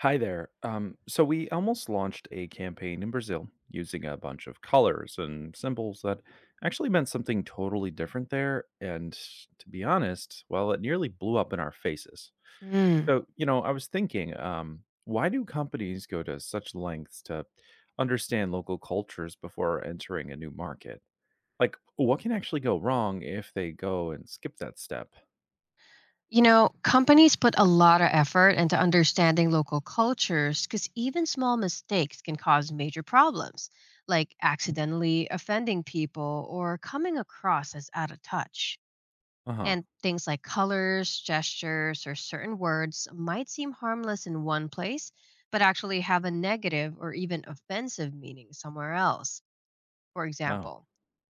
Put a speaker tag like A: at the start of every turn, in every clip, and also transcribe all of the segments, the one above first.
A: Hi there. So we almost launched a campaign in Brazil using a bunch of colors and symbols that actually meant something totally different there. And to be honest, well, it nearly blew up in our faces.
B: Mm.
A: So, I was thinking, why do companies go to such lengths to understand local cultures before entering a new market? Like, what can actually go wrong if they go and skip that step?
B: You know, companies put a lot of effort into understanding local cultures because even small mistakes can cause major problems, like accidentally offending people or coming across as out of touch.
A: Uh huh.
B: And things like colors, gestures, or certain words might seem harmless in one place, but actually have a negative or even offensive meaning somewhere else. For
A: Oh.
B: example,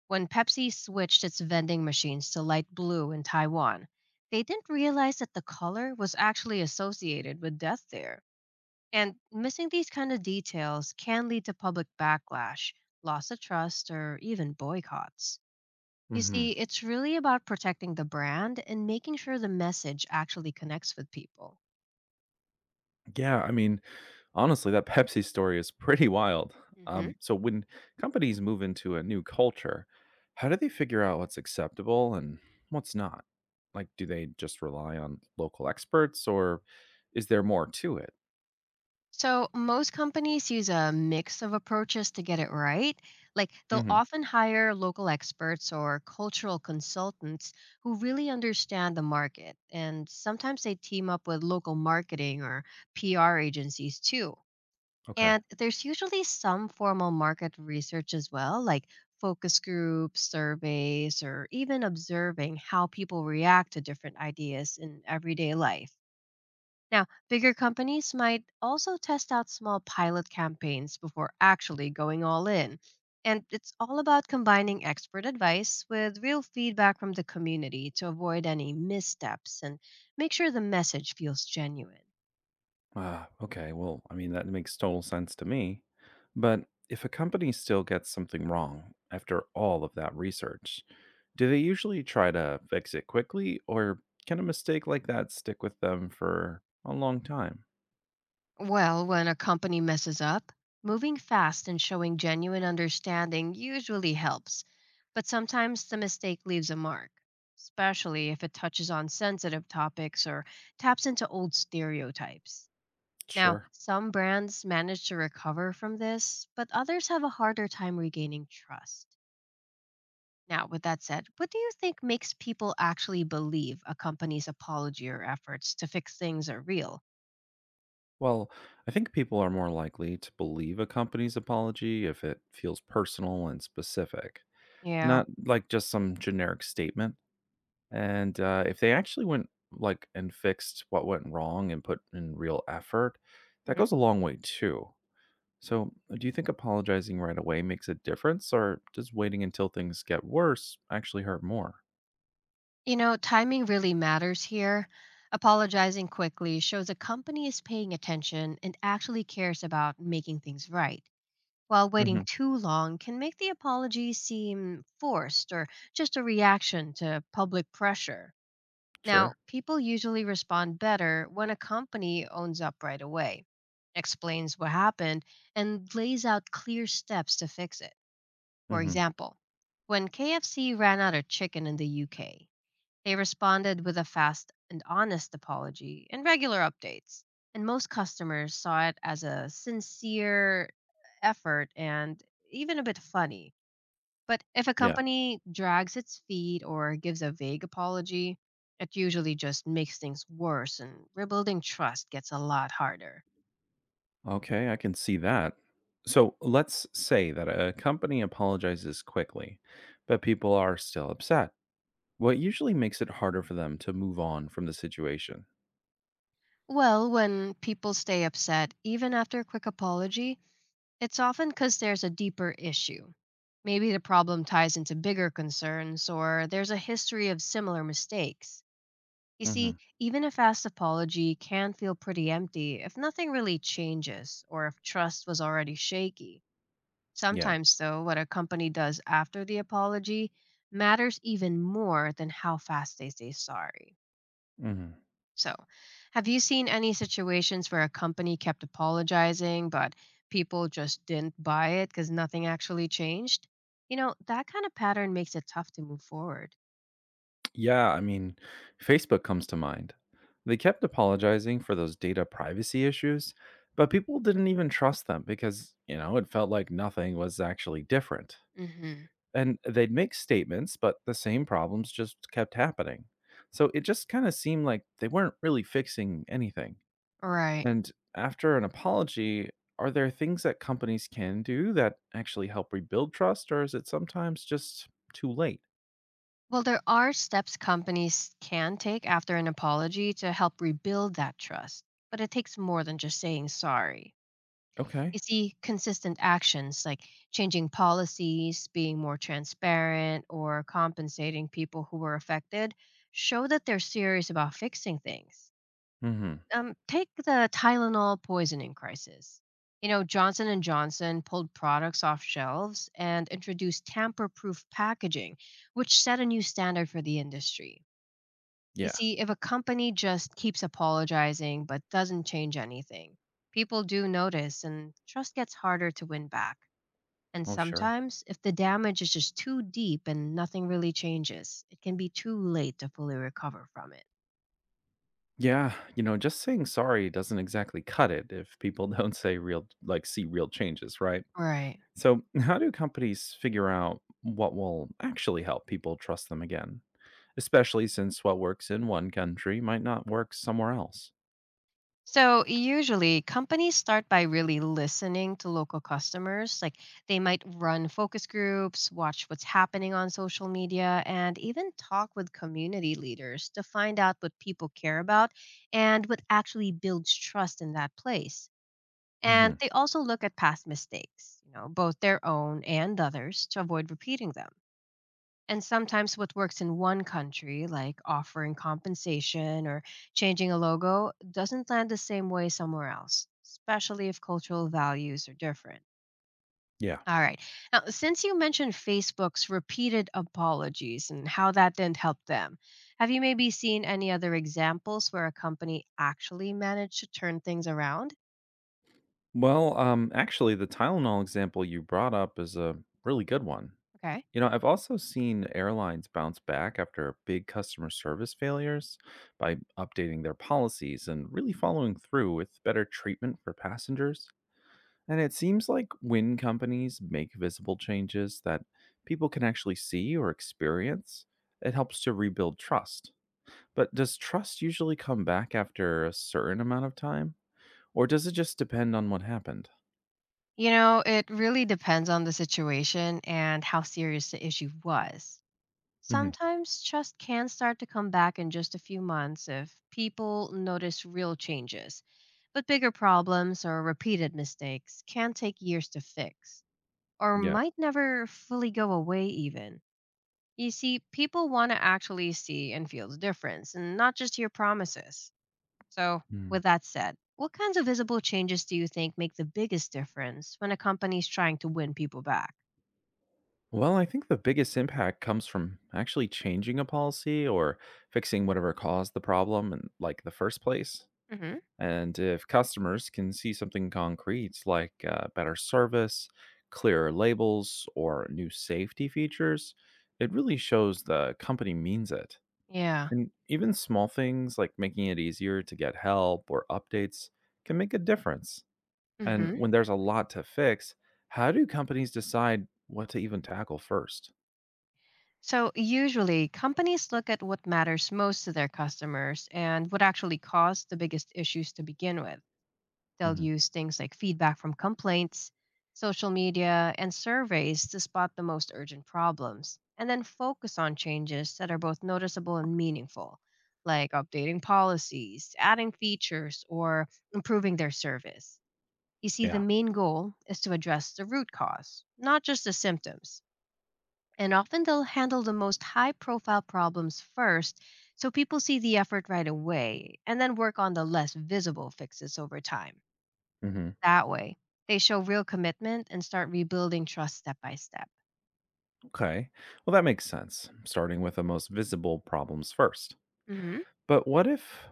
B: when Pepsi switched its vending machines to light blue in Taiwan, they didn't realize that the color was actually associated with death there. And missing these kind of details can lead to public backlash, loss of trust, or even boycotts. You see,
A: Mm-hmm.
B: it's really about protecting the brand and making sure the message actually connects with people.
A: Yeah, I mean, honestly, that Pepsi story is pretty wild.
B: Mhm.
A: So when companies move into a new culture, how do they figure out what's acceptable and what's not? Like, do they just rely on local experts or is there more to it?
B: So, most companies use a mix of approaches to get it right. Like, they'll
A: Hmm.
B: often hire local experts or cultural consultants who really understand the market. And sometimes they team up with local marketing or PR agencies too.
A: Okay.
B: And there's usually some formal market research as well, like focus groups, surveys, or even observing how people react to different ideas in everyday life. Now, bigger companies might also test out small pilot campaigns before actually going all in. And it's all about combining expert advice with real feedback from the community to avoid any missteps and make sure the message feels genuine.
A: Ah, okay. Well, I mean, that makes total sense to me. But if a company still gets something wrong after all of that research, do they usually try to fix it quickly or can a mistake like that stick with them for a long time?
B: Well, when a company messes up, moving fast and showing genuine understanding usually helps, but sometimes the mistake leaves a mark, especially if it touches on sensitive topics or taps into old stereotypes. Now,
A: Sure.
B: some brands manage to recover from this, but others have a harder time regaining trust. Now, with that said, what do you think makes people actually believe a company's apology or efforts to fix things are real?
A: Well, I think people are more likely to believe a company's apology if it feels personal and specific,
B: Yeah.
A: not like just some generic statement. And if they actually went like and fixed what went wrong and put in real effort, that
B: Hmm.
A: goes a long way too. So, do you think apologizing right away makes a difference, or does waiting until things get worse actually hurt more?
B: You know, timing really matters here. Apologizing quickly shows a company is paying attention and actually cares about making things right, while waiting
A: Hmm.
B: too long can make the apology seem forced or just a reaction to public pressure. Now,
A: Sure.
B: people usually respond better when a company owns up right away, explains what happened, and lays out clear steps to fix it. For
A: Hmm.
B: example, when KFC ran out of chicken in the UK, they responded with a fast and honest apology and regular updates. And most customers saw it as a sincere effort and even a bit funny. But if a
A: Yeah.
B: company drags its feet or gives a vague apology, it usually just makes things worse and rebuilding trust gets a lot harder.
A: Okay, I can see that. So let's say that a company apologizes quickly, but people are still upset. What usually makes it harder for them to move on from the situation?
B: Well, when people stay upset, even after a quick apology, it's often because there's a deeper issue. Maybe the problem ties into bigger concerns or there's a history of similar mistakes. You
A: Hmm.
B: see, even a fast apology can feel pretty empty if nothing really changes or if trust was already shaky.
A: Yeah.
B: Sometimes, though, what a company does after the apology matters even more than how fast they say sorry.
A: Hmm.
B: So, have you seen any situations where a company kept apologizing, but people just didn't buy it because nothing actually changed? You know, that kind of pattern makes it tough to move forward.
A: Yeah, I mean, Facebook comes to mind. They kept apologizing for those data privacy issues, but people didn't even trust them because, it felt like nothing was actually different.
B: Mm-hmm.
A: And they'd make statements, but the same problems just kept happening. So it just kind of seemed like they weren't really fixing anything.
B: Right.
A: And after an apology, are there things that companies can do that actually help rebuild trust, or is it sometimes just too late?
B: Well, there are steps companies can take after an apology to help rebuild that trust, but it takes more than just saying sorry. You
A: Okay.
B: see consistent actions like changing policies, being more transparent, or compensating people who were affected show that they're serious about fixing things.
A: Hmm.
B: Take the Tylenol poisoning crisis. You know, Johnson and Johnson pulled products off shelves and introduced tamper-proof packaging, which set a new standard for the industry. You
A: Yeah.
B: see, if a company just keeps apologizing but doesn't change anything, people do notice and trust gets harder to win back. And
A: Oh, sure.
B: sometimes, if the damage is just too deep and nothing really changes, it can be too late to fully recover from it.
A: Yeah. Just saying sorry doesn't exactly cut it if people don't say real, like, see real changes, right?
B: Right.
A: So, how do companies figure out what will actually help people trust them again, especially since what works in one country might not work somewhere else?
B: So usually companies start by really listening to local customers. Like they might run focus groups, watch what's happening on social media, and even talk with community leaders to find out what people care about and what actually builds trust in that place.
A: Hmm.
B: And they also look at past mistakes, you know, both their own and others to avoid repeating them. And sometimes what works in one country, like offering compensation or changing a logo, doesn't land the same way somewhere else, especially if cultural values are different.
A: Yeah.
B: All right. Now, since you mentioned Facebook's repeated apologies and how that didn't help them, have you maybe seen any other examples where a company actually managed to turn things around?
A: Well, actually, the Tylenol example you brought up is a really good one.
B: Okay.
A: You know, I've also seen airlines bounce back after big customer service failures by updating their policies and really following through with better treatment for passengers. And it seems like when companies make visible changes that people can actually see or experience, it helps to rebuild trust. But does trust usually come back after a certain amount of time? Or does it just depend on what happened?
B: You know, it really depends on the situation and how serious the issue was.
A: Hmm.
B: Sometimes trust can start to come back in just a few months if people notice real changes. But bigger problems or repeated mistakes can take years to fix or
A: Yeah.
B: might never fully go away, even. You see, people want to actually see and feel the difference and not just hear promises. So,
A: Mm.
B: with that said, what kinds of visible changes do you think make the biggest difference when a company's trying to win people back?
A: Well, I think the biggest impact comes from actually changing a policy or fixing whatever caused the problem in like the first place.
B: Hmm.
A: And if customers can see something concrete like better service, clearer labels, or new safety features, it really shows the company means it.
B: Yeah.
A: And even small things like making it easier to get help or updates can make a difference. And
B: Hmm.
A: when there's a lot to fix, how do companies decide what to even tackle 1st?
B: So, usually, companies look at what matters most to their customers and what actually caused the biggest issues to begin with. They'll
A: Hmm.
B: use things like feedback from complaints, social media, and surveys to spot the most urgent problems, and then focus on changes that are both noticeable and meaningful, like updating policies, adding features, or improving their service. You see, the
A: Yeah.
B: main goal is to address the root cause, not just the symptoms. And often they'll handle the most high profile problems first, so people see the effort right away and then work on the less visible fixes over time.
A: Hmm.
B: That way, they show real commitment and start rebuilding trust step by step.
A: Okay. Well, that makes sense, starting with the most visible problems first.
B: Hmm.
A: But what if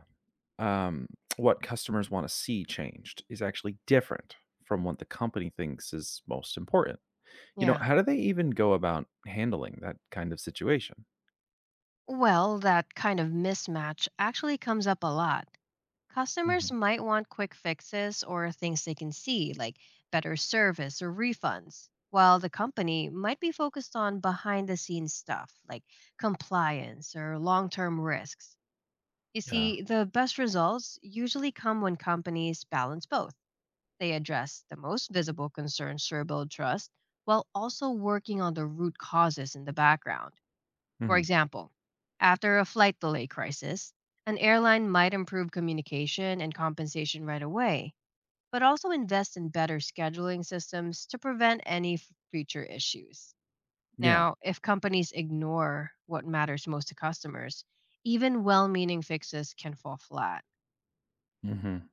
A: um, what customers want to see changed is actually different from what the company thinks is most important?
B: Yeah.
A: How do they even go about handling that kind of situation?
B: Well, that kind of mismatch actually comes up a lot. Customers
A: Hmm.
B: might want quick fixes or things they can see, like better service or refunds, while the company might be focused on behind the scenes stuff like compliance or long term risks. You
A: Yeah.
B: see, the best results usually come when companies balance both. They address the most visible concerns to rebuild trust while also working on the root causes in the background. For
A: Mhm.
B: example, after a flight delay crisis, an airline might improve communication and compensation right away, but also invest in better scheduling systems to prevent any future issues.
A: Yeah.
B: Now, if companies ignore what matters most to customers, even well meaning fixes can fall flat.
A: Mhm.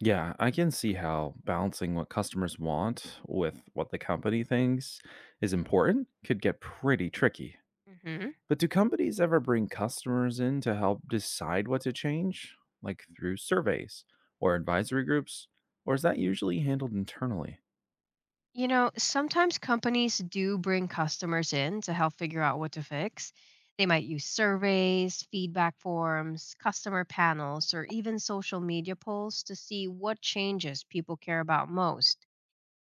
A: Yeah, I can see how balancing what customers want with what the company thinks is important could get pretty tricky.
B: Mhm.
A: But do companies ever bring customers in to help decide what to change, like through surveys or advisory groups, or is that usually handled internally?
B: You know, sometimes companies do bring customers in to help figure out what to fix. They might use surveys, feedback forms, customer panels, or even social media polls to see what changes people care about most.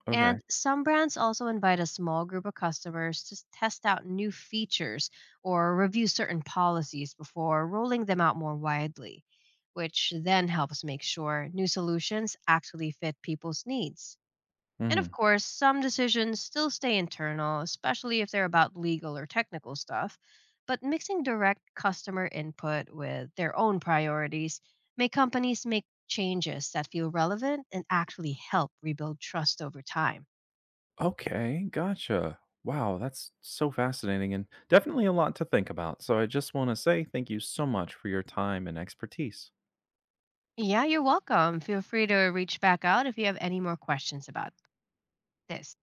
A: Okay.
B: And some brands also invite a small group of customers to test out new features or review certain policies before rolling them out more widely, which then helps make sure new solutions actually fit people's needs. And of
A: Mhm.
B: course, some decisions still stay internal, especially if they're about legal or technical stuff. But mixing direct customer input with their own priorities make companies make changes that feel relevant and actually help rebuild trust over time.
A: Okay, gotcha. Wow, that's so fascinating and definitely a lot to think about. So I just want to say thank you so much for your time and expertise.
B: Yeah, you're welcome. Feel free to reach back out if you have any more questions about this.